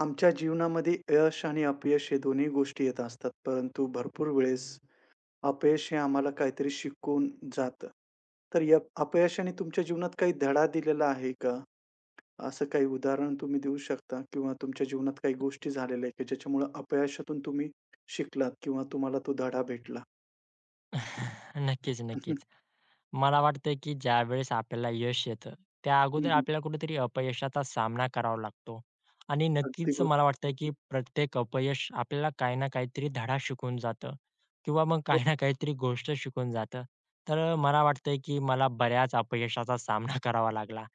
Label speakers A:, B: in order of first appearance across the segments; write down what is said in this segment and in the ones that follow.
A: आमच्या जीवनामध्ये यश आणि अपयश हे दोन्ही गोष्टी येत असतात. परंतु भरपूर वेळेस अपयश हे आम्हाला काहीतरी शिकवून जातं. तर या अपयशाने तुमच्या जीवनात काही धडा दिलेला आहे का? असं काही उदाहरण तुम्ही देऊ शकता किंवा तुमच्या जीवनात काही गोष्टी झालेल्या आहेत, की ज्याच्यामुळं अपयशातून तुम्ही शिकलात किंवा तुम्हाला तो धडा भेटला?
B: नक्कीच, नक्कीच. मला वाटतं, की ज्यावेळेस आपल्याला यश येतं, त्या अगोदर आपल्याला कुठेतरी अपयशाचा सामना करावा लागतो. आणि
A: अगदी
B: नक्कीच
A: बरोबर.
B: मला वाटतं, की प्रत्येक अपयश आपल्याला काही ना काहीतरी धडा शिकवून जातं किंवा मग काही ना काहीतरी गोष्ट शिकवून जातं. तर मला वाटतंय, की मला बऱ्याच अपयशाचा सामना करावा लागला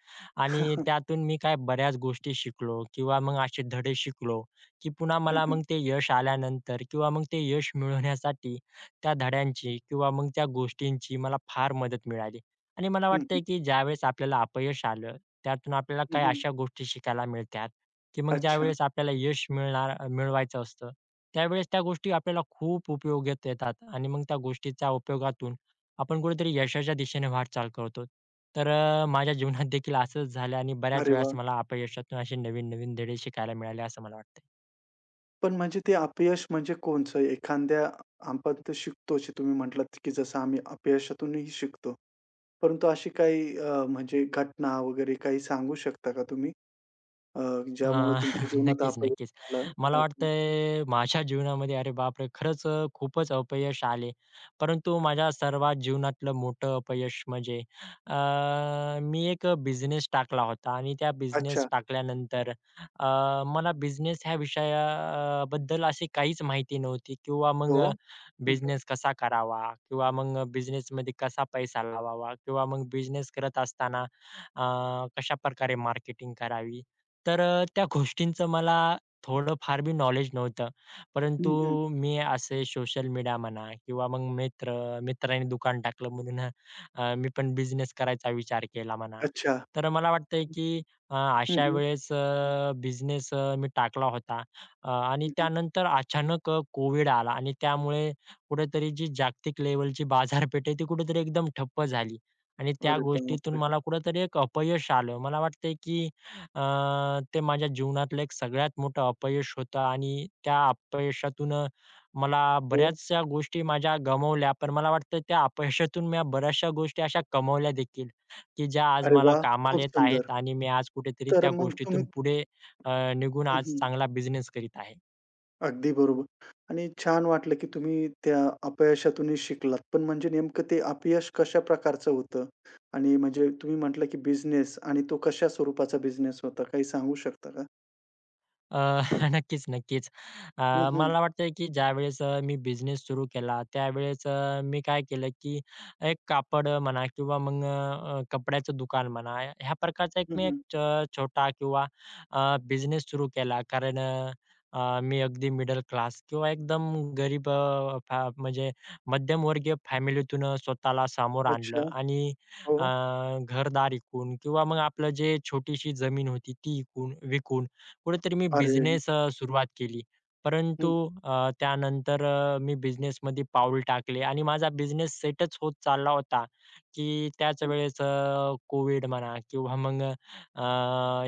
B: आणि त्यातून मी काय बऱ्याच गोष्टी शिकलो किंवा मग असे धडे शिकलो, की पुन्हा
A: हं,
B: मला
A: हं.
B: मग ते यश आल्यानंतर किंवा मग ते यश मिळवण्यासाठी त्या धड्यांची किंवा मग त्या गोष्टींची मला फार मदत मिळाली. आणि मला
A: हं, हं.
B: वाटतंय की ज्यावेळेस आपल्याला अपयश आलं, त्यातून आपल्याला काही अशा गोष्टी शिकायला मिळतात, की मग
A: अच्छा.
B: ज्यावेळेस आपल्याला यश मिळवायचं असतं, त्यावेळेस त्या गोष्टी आपल्याला खूप उपयोगात येतात आणि मग त्या गोष्टीच्या उपयोगातून आपण कुठेतरी यशाच्या दिशेने वाटचाल करतो. तर माझ्या जीवनात देखील असंच झालं आणि बऱ्याच
A: अरे वाह!
B: वेळेस मला अपयशातून असे नवीन-नवीन धडे शिकायला मिळाले असं मला वाटतंय.
A: पण म्हणजे ते अपयश म्हणजे कोणचं? एखाद्या आपण तर शिकतोच आहे. तुम्ही म्हटलात, की जसं आम्ही अपयशातूनही शिकतो. परंतु अशी काही म्हणजे घटना वगैरे काही सांगू शकता का तुम्ही? अ, ज्यामुळे
B: अ,
A: तुमच्या जीवनात
B: नक्कीच,
A: अपयश
B: नक्कीच.
A: झालं?
B: मला
A: हो.
B: वाटतंय माझ्या जीवनामध्ये अरे बापरे! खरंच खूपच अपयश आले. परंतु माझ्या सर्वात जीवनातलं मोठं अपयश म्हणजे अ, मी एक बिझनेस टाकला होता आणि त्या बिझनेस
A: अच्छा.
B: टाकल्यानंतर मला बिझनेस ह्या विषया बद्दल अशी काहीच माहिती नव्हती किंवा मग
A: हो. हं, हं.
B: बिझनेस कसा करावा किंवा मग बिझनेसमध्ये कसा पैसा लावावा किंवा मग बिझनेस करत असताना अ, कशाप्रकारे मार्केटिंग करावी. तर त्या गोष्टींचं मला थोडं फार बी नॉलेज नव्हतं. परंतु
A: हं, हं.
B: मी असे सोशल मीडिया म्हणा किंवा मग मित्राने दुकान टाकलं म्हणून मी पण बिझनेस करायचा विचार केला म्हणा.
A: अच्छा.
B: तर मला वाटतंय की
A: हं,
B: अशा
A: हं.
B: वेळेस बिझनेस मी टाकला होता आणि
A: हं, हं.
B: त्यानंतर अचानक कोविड आला आणि त्यामुळे कुठेतरी जी जागतिक लेव्हलची बाजारपेठ आहे ती कुठेतरी एकदम ठप्प झाली आणि त्या
A: अरे
B: गोष्टीतून
A: बापरे!
B: मला कुठेतरी एक अपयश आलं. मला वाटतंय की ते माझ्या जीवनातलं एक सगळ्यात मोठं अपयश होतं आणि त्या अपयशातून मला
A: हो.
B: बऱ्याचशा गोष्टी माझ्या गमावल्या. पण मला वाटतं त्या अपयशातून मी बऱ्याचशा गोष्टी अशा कमावल्या देखील, की ज्या आज
A: अरे
B: मला
A: वाह! खूप
B: कामाला येत
A: सुंदर.
B: आहेत आणि मी आज कुठेतरी
A: तर
B: त्या
A: मग तुम्ही
B: गोष्टीतून पुढे निघून
A: हं,
B: आज
A: हं.
B: चांगला बिझनेस करीत आहे.
A: अगदी बरोबर. आणि छान वाटलं, की तुम्ही त्या अपयशातूनही शिकलात. पण म्हणजे नेमकं ते अपयश कशा प्रकारचं होतं? आणि म्हणजे तुम्ही म्हटलं, की बिझनेस आणि तो कशा स्वरूपाचा बिझनेस होता? काही सांगू शकता का?
B: अ, नक्कीच, नक्कीच. अ,
A: हं, हं.
B: मला वाटतंय की ज्यावेळेस मी बिझनेस सुरू केला, त्यावेळेस मी काय केलं की एक कापड म्हणा किंवा मग कपड्याचं दुकान म्हणा, ह्या प्रकारचा एक
A: हं,
B: मी एक
A: हं.
B: छोटा किंवा बिझनेस सुरू केला. कारण अ, अ, मी अगदी मिडल क्लास किंवा एकदम गरीब अ, फॅ म्हणजे मध्यमवर्गीय फॅमिलीतून स्वतःला सामोरं
A: अच्छा.
B: आणलं आणि अ,
A: हो.
B: घरदार विकून किंवा मग आपलं जे छोटीशी जमीन होती ती विकून विकून कुठेतरी मी
A: अरे!
B: बिझनेस सुरुवात केली. परंतु
A: हं,
B: त्यानंतर मी बिझनेसमध्ये पाऊल टाकले आणि माझा बिझनेस सेटच होत चालला होता, की त्याच
A: हं,
B: वेळेस कोविड म्हणा किंवा मग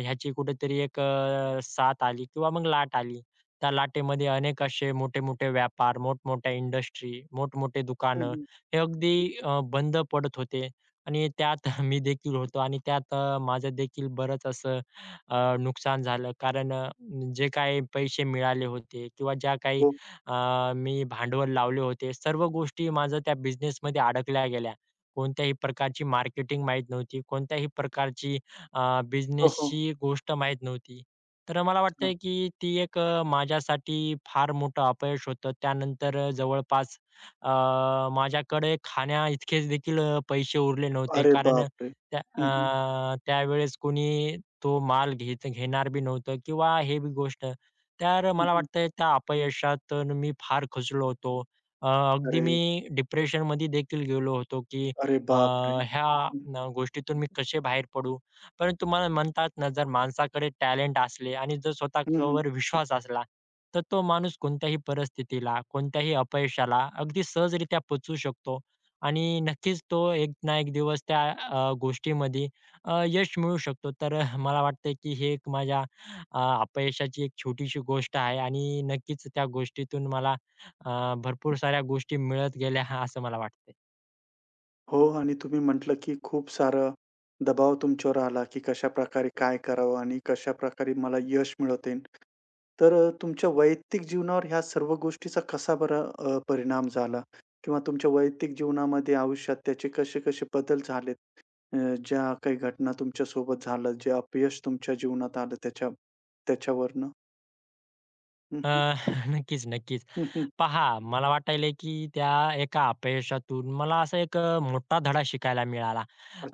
B: ह्याची कुठेतरी एक साथ आली किंवा मग लाट आली. त्या लाटेमध्ये अनेक असे मोठे-मोठे व्यापार, मोठमोठ्या इंडस्ट्री, मोठमोठे
A: हं,
B: दुकानं
A: हं.
B: हे अगदी बंद पडत होते आणि त्यात मी देखील होतो आणि त्यात माझं देखील बरंच असं नुकसान झालं कारण जे काही पैसे मिळाले होते किंवा ज्या काही
A: हो.
B: मी भांडवल लावले होते, सर्व गोष्टी माझं त्या बिझनेसमध्ये अडकल्या गेल्या. कोणत्याही प्रकारची मार्केटिंग माहीत नव्हती, कोणत्याही प्रकारची
A: हो, हो.
B: बिझनेसची गोष्ट माहीत नव्हती. तर मला
A: हां.
B: वाटतंय की ती एक माझ्यासाठी फार मोठं अपयश होतं. त्यानंतर जवळपास अ, माझ्याकडे खाण्याइतकेच देखील पैसे उरले नव्हते
A: अरे
B: कारण
A: बापरे!
B: त्या
A: हं, हं.
B: त्यावेळेस कोणी तो माल घेणार बी नव्हतं किंवा हे बी गोष्ट. तर
A: हं,
B: मला
A: हं.
B: वाटतंय त्या अपयशातून मी फार खचलो होतो. अगदी
A: अरे!
B: मी डिप्रेशनमध्ये देखील गेलो होतो, की
A: अरे
B: अ,
A: बापरे!
B: ह्या
A: हं, हं.
B: गोष्टीतून मी कसे बाहेर पडू? परंतु मला म्हणतात ना, जर माणसाकडे टॅलेंट असले आणि जर
A: हं, हं.
B: स्वतःवर विश्वास असला, तर तो माणूस कोणत्याही परिस्थितीला, कोणत्याही अपयशाला अगदी सहजरित्या पचवू शकतो आणि नक्कीच तो एक ना एक दिवस त्या गोष्टीमध्ये यश मिळू शकतो. तर मला वाटतंय की हे एक माझ्या अपयशाची एक छोटीशी गोष्ट आहे आणि नक्कीच त्या गोष्टीतून मला भरपूर साऱ्या गोष्टी मिळत गेल्या असं मला वाटतंय.
A: हो आणि तुम्ही म्हटलं, की खूप सारा दबाव तुमच्यावर आला, की कशाप्रकारे काय करावं आणि कशाप्रकारे मला यश मिळवता येईल. तर तुमच्या वैयक्तिक जीवनावर ह्या सर्व गोष्टीचा कसा बरं परिणाम झाला? किंवा तुमच्या वैयक्तिक जीवनामध्ये, आयुष्यात त्याचे कसे-कसे बदल झालेत? अ, ज्या काही घटना तुमच्यासोबत झालं, जे अपयश तुमच्या जीवनात आलं त्याच्यावरनं? हं,
B: अ,
A: हं.
B: नक्कीच, नक्कीच.
A: हं, हं.
B: पहा, मला वाटायलंय की त्या एका अपयशातून मला असा एक मोठा धडा शिकायला मिळाला.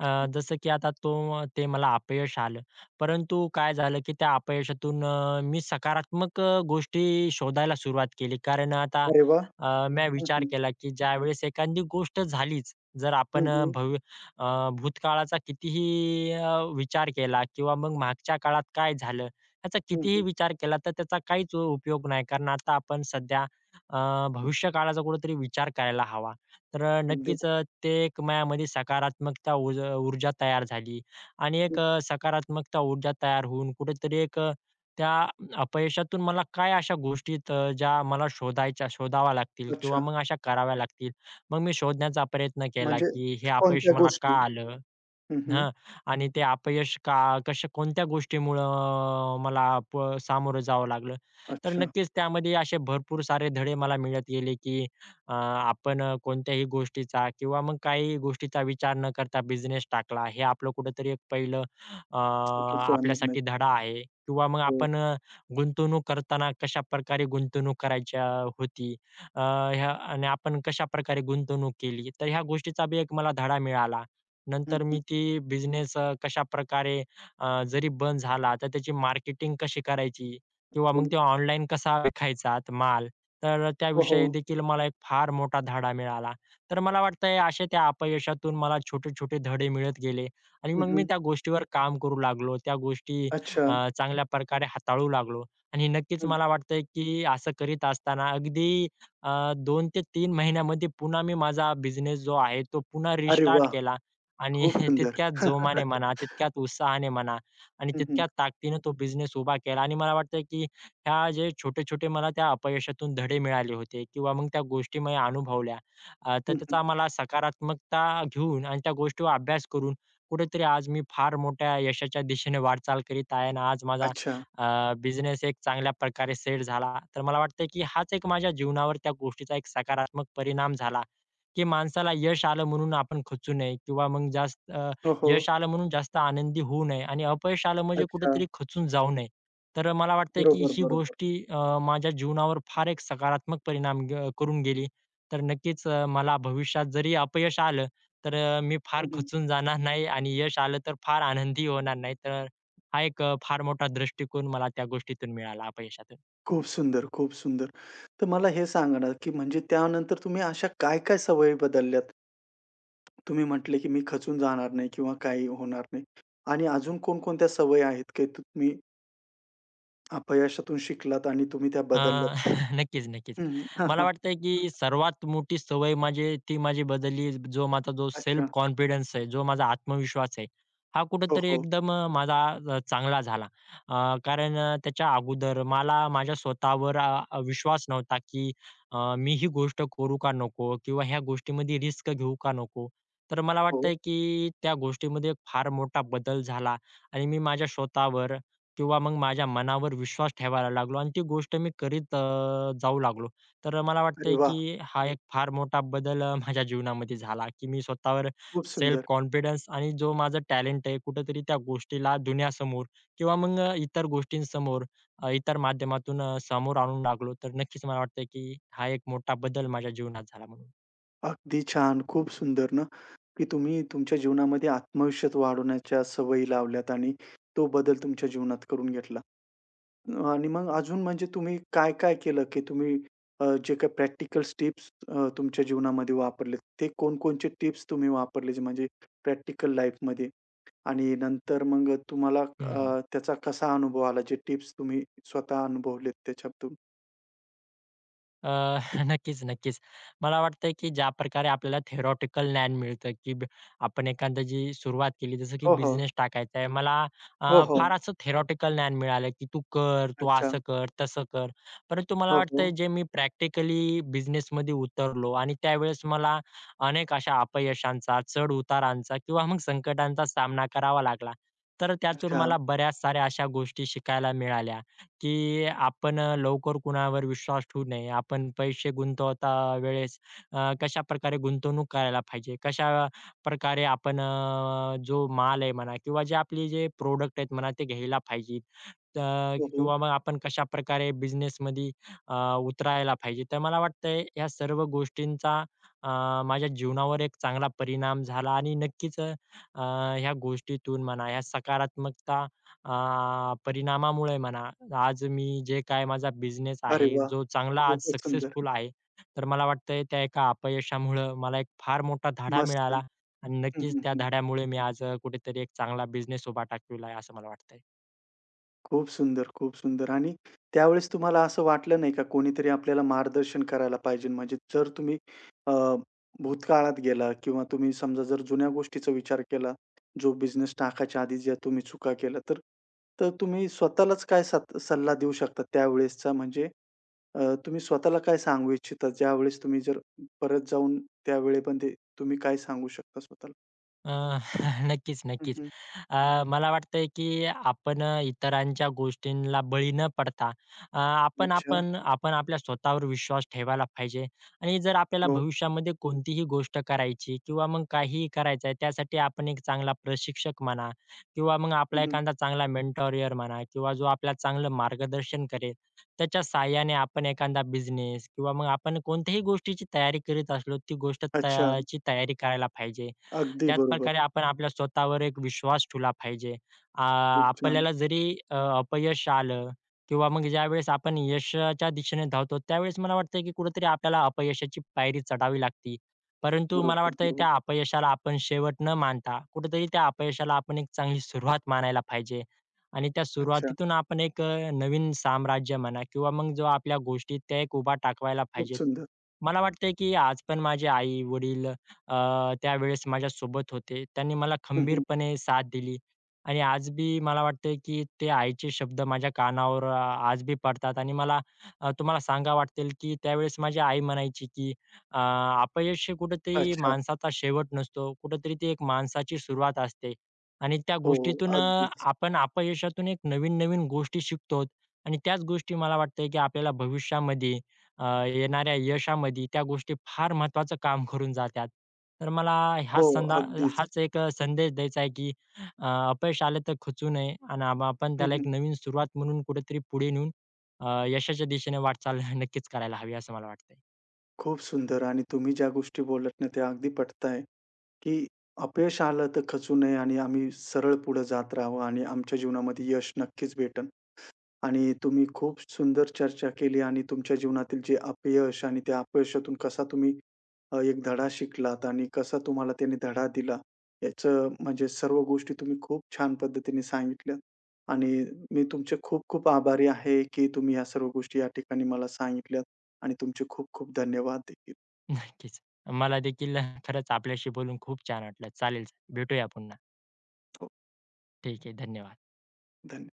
B: जसं की आता ते मला अपयश आलं. परंतु काय झालं की त्या अपयशातून मी सकारात्मक गोष्टी शोधायला सुरुवात केली. कारण आता
A: अरे वाह!
B: मी
A: हं,
B: विचार
A: हं.
B: केला की ज्यावेळेस एखादी गोष्ट झालीच, जर
A: हं,
B: आपण
A: हं.
B: भूतकाळाचा कितीही विचार केला किंवा मग मागच्या काळात काय झालं, याचा
A: हं,
B: कितीही
A: हं.
B: विचार केला तर त्याचा काहीच उपयोग नाही. कारण आता आपण सध्या भविष्य काळाचा कुठेतरी विचार करायला हवा. तर
A: अगदी.
B: नक्कीच ते एक माझ्यामध्ये सकारात्मकता ऊर्जा तयार झाली आणि एक सकारात्मकता ऊर्जा तयार होऊन कुठेतरी एक त्या अपयशातून मला काय अशा गोष्टी आहेत ज्या मला शोधाव्या लागतील किंवा
A: अच्छा.
B: मग अशा कराव्या लागतील. मग मी शोधण्याचा प्रयत्न केला,
A: म्हणजे
B: की हे अपयश
A: कोणत्या
B: मला का
A: गोष्टी?
B: आलं?
A: हं, हं.
B: हां. आणि ते अपयश कशा कोणत्या गोष्टीमुळं मला प सामोरं जावं लागलं. तर
A: अच्छा.
B: नक्कीच त्यामध्ये असे भरपूर सारे धडे मला मिळत गेले, की आपण कोणत्याही गोष्टीचा किंवा मग काही गोष्टीचा विचार न करता बिझनेस टाकला. हे आपलं कुठेतरी एक पहिलं अ,
A: चुकीचा निर्णय.
B: आपल्यासाठी धडा आहे किंवा मग
A: हो.
B: आपण गुंतवणूक करताना कशाप्रकारे गुंतवणूक करायच्या होती. अ, ह्या आणि आपण कशाप्रकारे गुंतवणूक केली. तर ह्या गोष्टीचा बी एक मला धडा मिळाला.
A: हं,
B: नंतर
A: हं.
B: मी बिझनेस कशाप्रकारे जरी बंद झाला, तर त्याची मार्केटिंग कशी करायची? किंवा मग
A: हो.
B: ते ऑनलाईन कसा विकायचा माल? तर
A: हो, हो.
B: त्याविषयी देखील मला एक फार मोठा धडा मिळाला. तर मला वाटतंय अशा त्या अपयशातून मला छोटे-छोटे धडे मिळत गेले आणि
A: हं,
B: मग मी
A: हं.
B: त्या गोष्टीवर काम करू लागलो. त्या गोष्टी
A: अच्छा.
B: चांगल्या प्रकारे हाताळू लागलो आणि नक्कीच
A: हं.
B: मला वाटतंय, की असं करीत असताना अगदी 2 ते 3 महिन्यामध्ये पुन्हा मी माझा बिझनेस जो आहे, तो पुन्हा
A: अरे
B: रिस्टार्ट
A: वाह!
B: केला. आणि
A: खूप सुंदर.
B: तितक्याच जोमाने म्हणा, तितक्याच उत्साहाने म्हणा आणि
A: हं, हं.
B: तितक्याच ताकदीने तो बिझनेस उभा केला आणि मला वाटतं, की ह्या जे छोटे-छोटे मला त्या अपयशातून धडे मिळाले होते किंवा मग त्या गोष्टी मी अनुभवल्या.
A: हं,
B: तर
A: हं.
B: त्याचा मला सकारात्मकता घेऊन आणि त्या गोष्टीवर अभ्यास करून कुठेतरी आज मी फार मोठ्या यशाच्या दिशेने वाटचाल करीत आहे आणि आज माझा
A: अच्छा.
B: बिझनेस एक चांगल्या प्रकारे सेट झाला. तर मला वाटतं, की हाच एक माझ्या जीवनावर त्या गोष्टीचा एक सकारात्मक परिणाम झाला. की माणसाला यश आलं म्हणून आपण खचू नये किंवा मग जास्त
A: हो, हो.
B: यश आलं म्हणून जास्त आनंदी होऊ नये आणि अपयश आलं म्हणजे
A: अच्छा.
B: कुठेतरी खचून जाऊ नये. तर मला वाटतंय की
A: बरोबर,
B: ही
A: बरोबर.
B: गोष्टी माझ्या जीवनावर फार एक सकारात्मक परिणाम करून गेली. तर नक्कीच मला भविष्यात जरी अपयश आलं, तर मी फार
A: हं, हं.
B: खचून जाणार नाही आणि यश आलं तर फार आनंदी होणार नाही. तर हा एक फार मोठा दृष्टिकोन मला त्या गोष्टीतून मिळाला अपयशातून.
A: खूप सुंदर, खूप सुंदर. तर मला हे सांगा ना, की म्हणजे त्यानंतर तुम्ही अशा काय-काय सवयी बदलल्यात? तुम्ही म्हटले, की मी खचून जाणार नाही किंवा काही होणार नाही. आणि अजून कोणकोणत्या सवयी आहेत, की तुम्ही अपयशातून शिकलात आणि तुम्ही त्या
B: अ,
A: बदलल्यात?
B: नक्कीच,
A: हं,
B: नक्कीच.
A: हं. हां,
B: मला
A: हां.
B: वाटतंय की सर्वात मोठी सवय माझी बदलली जो माझा जो सेल्फ
A: अच्छा.
B: कॉन्फिडन्स आहे, जो माझा आत्मविश्वास आहे, हा
A: हो,
B: कुठेतरी
A: हो.
B: एकदम माझा चांगला झाला. कारण त्याच्या अगोदर मला माझ्या स्वतःवर विश्वास नव्हता की मी ही गोष्ट करू का नको किंवा ह्या गोष्टीमध्ये रिस्क घेऊ का नको. तर मला
A: हो.
B: वाटतंय की त्या गोष्टीमध्ये फार मोठा बदल झाला आणि मी माझ्या स्वतःवर किंवा मग माझ्या मनावर विश्वास ठेवायला लागलो आणि ती गोष्ट मी करीत जाऊ लागलो. तर मला
A: अरे
B: वाटतंय
A: वाह!
B: की हा एक फार मोठा बदल माझ्या जीवनामध्ये झाला, की मी स्वतःवर
A: खूप
B: सेल्फ
A: सुंदर.
B: कॉन्फिडन्स आणि जो माझं टॅलेंट आहे कुठेतरी त्या गोष्टीला दुनियासमोर किंवा मग इतर गोष्टींसमोर इतर माध्यमातून समोर आणू लागलो. तर नक्कीच मला वाटतंय की हा एक मोठा बदल माझ्या जीवनात झाला म्हणून.
A: अगदी छान. खूप सुंदर ना, की तुम्ही तुमच्या जीवनामध्ये आत्मविश्वास वाढवण्याच्या सवयी लावल्यात आणि तो बदल तुमच्या जीवनात करून घेतला. आणि मग अजून म्हणजे तुम्ही काय-काय केलं, की तुम्ही जे काही प्रॅक्टिकल टिप्स तुमच्या जीवनामध्ये वापरलेत, ते कोणकोणचे टिप्स तुम्ही वापरले जे म्हणजे प्रॅक्टिकल लाईफमध्ये? आणि नंतर मग तुम्हाला
B: हं, हं.
A: त्याचा कसा अनुभव आला, जे टिप्स तुम्ही स्वतः अनुभवलेत त्याच्यातून?
B: अ, नक्कीच, नक्कीच. मला वाटतंय, की ज्या प्रकारे आपल्याला थेरॉटिकल ज्ञान मिळतं, की आपण एखादी जी सुरुवात केली, जसं की
A: हो, हो.
B: बिझनेस टाकायचा आहे. मला
A: हो, हो.
B: फार असं थेरॉटिकल ज्ञान मिळालं, की तू कर, तू
A: अच्छा.
B: असं कर, तसं कर. परंतु मला
A: हो, हो.
B: वाटतंय, जे मी प्रॅक्टिकली बिझनेसमध्ये उतरलो आणि त्यावेळेस मला अनेक अशा अपयशांचा, चढ-उतारांचा किंवा मग संकटांचा सामना करावा लागला. तर त्यातून
A: अच्छा.
B: मला बऱ्याच साऱ्या अशा गोष्टी शिकायला मिळाल्या. की आपण लवकर कुणावर विश्वास ठेवू नये. आपण पैसे गुंतवता वेळेस कशाप्रकारे गुंतवणूक करायला पाहिजे, कशाप्रकारे आपण जो माल आहे म्हणा किंवा जे आपले जे प्रॉडक्ट आहेत म्हणा ते घ्यायला पाहिजे. तर
A: हो, हो.
B: किंवा मग आपण कशाप्रकारे बिझनेसमध्ये उतरायला पाहिजे. तर मला वाटतंय ह्या सर्व गोष्टींचा अ, माझ्या जीवनावर एक चांगला परिणाम झाला आणि नक्कीच ह्या गोष्टीतून म्हणा, ह्या सकारात्मकता परिणामामुळे म्हणा, आज मी जे काय माझा बिझनेस
A: अरे
B: आहे,
A: वाह!
B: जो चांगला आज
A: खूपच सुंदर.
B: सक्सेसफुल आहे, तर मला वाटतंय त्या एका अपयशामुळं मला एक फार मोठा धडा
A: मस्त.
B: मिळाला आणि
A: हं,
B: नक्कीच
A: हं,
B: त्या
A: हं.
B: धड्यामुळे मी आज कुठेतरी एक चांगला बिझनेस उभा टाकलेला आहे, असं मला वाटतंय.
A: खूप सुंदर, खूप सुंदर आणि त्यावेळेस तुम्हाला असं वाटलं नाही का कोणीतरी आपल्याला मार्गदर्शन करायला पाहिजे? म्हणजे जर तुम्ही अ, भूतकाळात गेला किंवा तुम्ही समजा जर जुन्या गोष्टीचा विचार केला, जो बिझनेस टाकायच्या आधी ज्या तुम्ही चुका केल्या, तर तर तुम्ही स्वतःलाच काय सत सल्ला देऊ शकता त्यावेळेसचा? म्हणजे तुम्ही स्वतःला काय सांगू इच्छिता ज्यावेळेस तुम्ही जर परत जाऊन त्यावेळेपण ते तुम्ही काय सांगू शकता स्वतःला?
B: अ, नक्कीच,
A: हं,
B: नक्कीच.
A: हं.
B: मला वाटतंय, की आपण इतरांच्या गोष्टींना बळी न पडता आपण
A: अच्छा.
B: आपण आपण आपल्या स्वतःवर विश्वास ठेवायला पाहिजे आणि जर आपल्याला
A: हो.
B: भविष्यामध्ये कोणतीही गोष्ट करायची किंवा मग काहीही करायचं आहे, त्यासाठी आपण एक चांगला प्रशिक्षक म्हणा किंवा मग आपला
A: हं, हं.
B: एखादा चांगला मेंटॉरियर म्हणा किंवा जो आपल्याला चांगलं मार्गदर्शन करेल, त्याच्या सहाय्याने आपण एखादा बिझनेस किंवा मग आपण कोणत्याही गोष्टीची तयारी करीत असलो, ती गोष्ट
A: अच्छा.
B: ची तयारी करायला पाहिजे.
A: अगदी
B: त्याच
A: बरोबर.
B: प्रकारे आपण आपल्या स्वतःवर एक विश्वास ठेवला पाहिजे. आ,
A: खूप छान.
B: आपल्याला जरी अपयश आलं किंवा मग ज्यावेळेस आपण यशाच्या दिशेने धावतो, त्यावेळेस मला वाटतं की कुठेतरी आपल्याला अपयशाची पायरी चढावी लागते. परंतु मला
A: बरोबर,
B: वाटतं
A: बरोबर.
B: त्या अपयशाला आपण शेवट न मानता कुठेतरी त्या अपयशाला आपण एक चांगली सुरुवात मानायला पाहिजे. आणि त्या
A: अच्छा.
B: सुरुवातीतून आपण एक नवीन साम्राज्य म्हणा किंवा मग जो आपल्या गोष्टी त्या एक उभा टाकवायला
A: खूप
B: पाहिजेत.
A: सुंदर.
B: मला वाटतंय की आज पण माझे आई-वडील त्यावेळेस माझ्यासोबत होते. त्यांनी मला
A: हं, हं.
B: खंबीरपणे साथ दिली आणि आज बी मला वाटतंय, की ते आईचे शब्द माझ्या कानावर आज बी पडतात आणि मला तुम्हाला सांगावं वाटेल, की त्यावेळेस माझी आई म्हणायची, की अ, अपयश हे कुठेतरी
A: अच्छा.
B: माणसाचा शेवट नसतो. कुठेतरी ती एक माणसाची सुरुवात असते आणि त्या
A: हो, हो.
B: गोष्टीतून
A: अगदीच.
B: आपण अपयशातून एक नवीन-नवीन गोष्टी शिकतो आणि त्याच गोष्टी मला वाटतंय, की आपल्याला भविष्यामध्ये येणाऱ्या यशामध्ये त्या गोष्टी फार महत्त्वाचं काम करून जातात. तर मला
A: हो,
B: हाच संदा
A: अगदीच.
B: हाच एक संदेश द्यायचा आहे, की अपयश आलं तर खचू नये आणि आपण
A: हं,
B: त्याला एक
A: हं.
B: नवीन सुरुवात म्हणून कुठेतरी पुढे नेऊन यशाच्या दिशेने वाटचाल नक्कीच करायला हवी असं मला वाटतंय.
A: खूप सुंदर आणि तुम्ही ज्या गोष्टी बोललात ना त्या अगदी पटत आहे, की अपयश आलं तर खचू नये आणि आम्ही सरळ पुढे जात राहावं आणि आमच्या जीवनामध्ये यश नक्कीच भेटेल. आणि तुम्ही खूप सुंदर चर्चा केली आणि तुमच्या जीवनातील जे अपयश आणि त्या अपयशातून कसा तुम्ही एक धडा शिकलात आणि कसा तुम्हाला त्याने धडा दिला, याचं म्हणजे सर्व गोष्टी तुम्ही खूप छान पद्धतीने सांगितल्या. आणि मी तुमचे खूप-खूप आभारी आहे, की तुम्ही या सर्व गोष्टी या ठिकाणी मला सांगितल्यात आणि तुमचे खूप-खूप धन्यवाद देखील.
B: नक्कीच. मला देखील खरंच आपल्याशी बोलून खूप छान वाटलं. चालेल, भेटूया पुन्हा.
A: हो,
B: ठीक आहे. धन्यवाद.
A: धन्यवाद.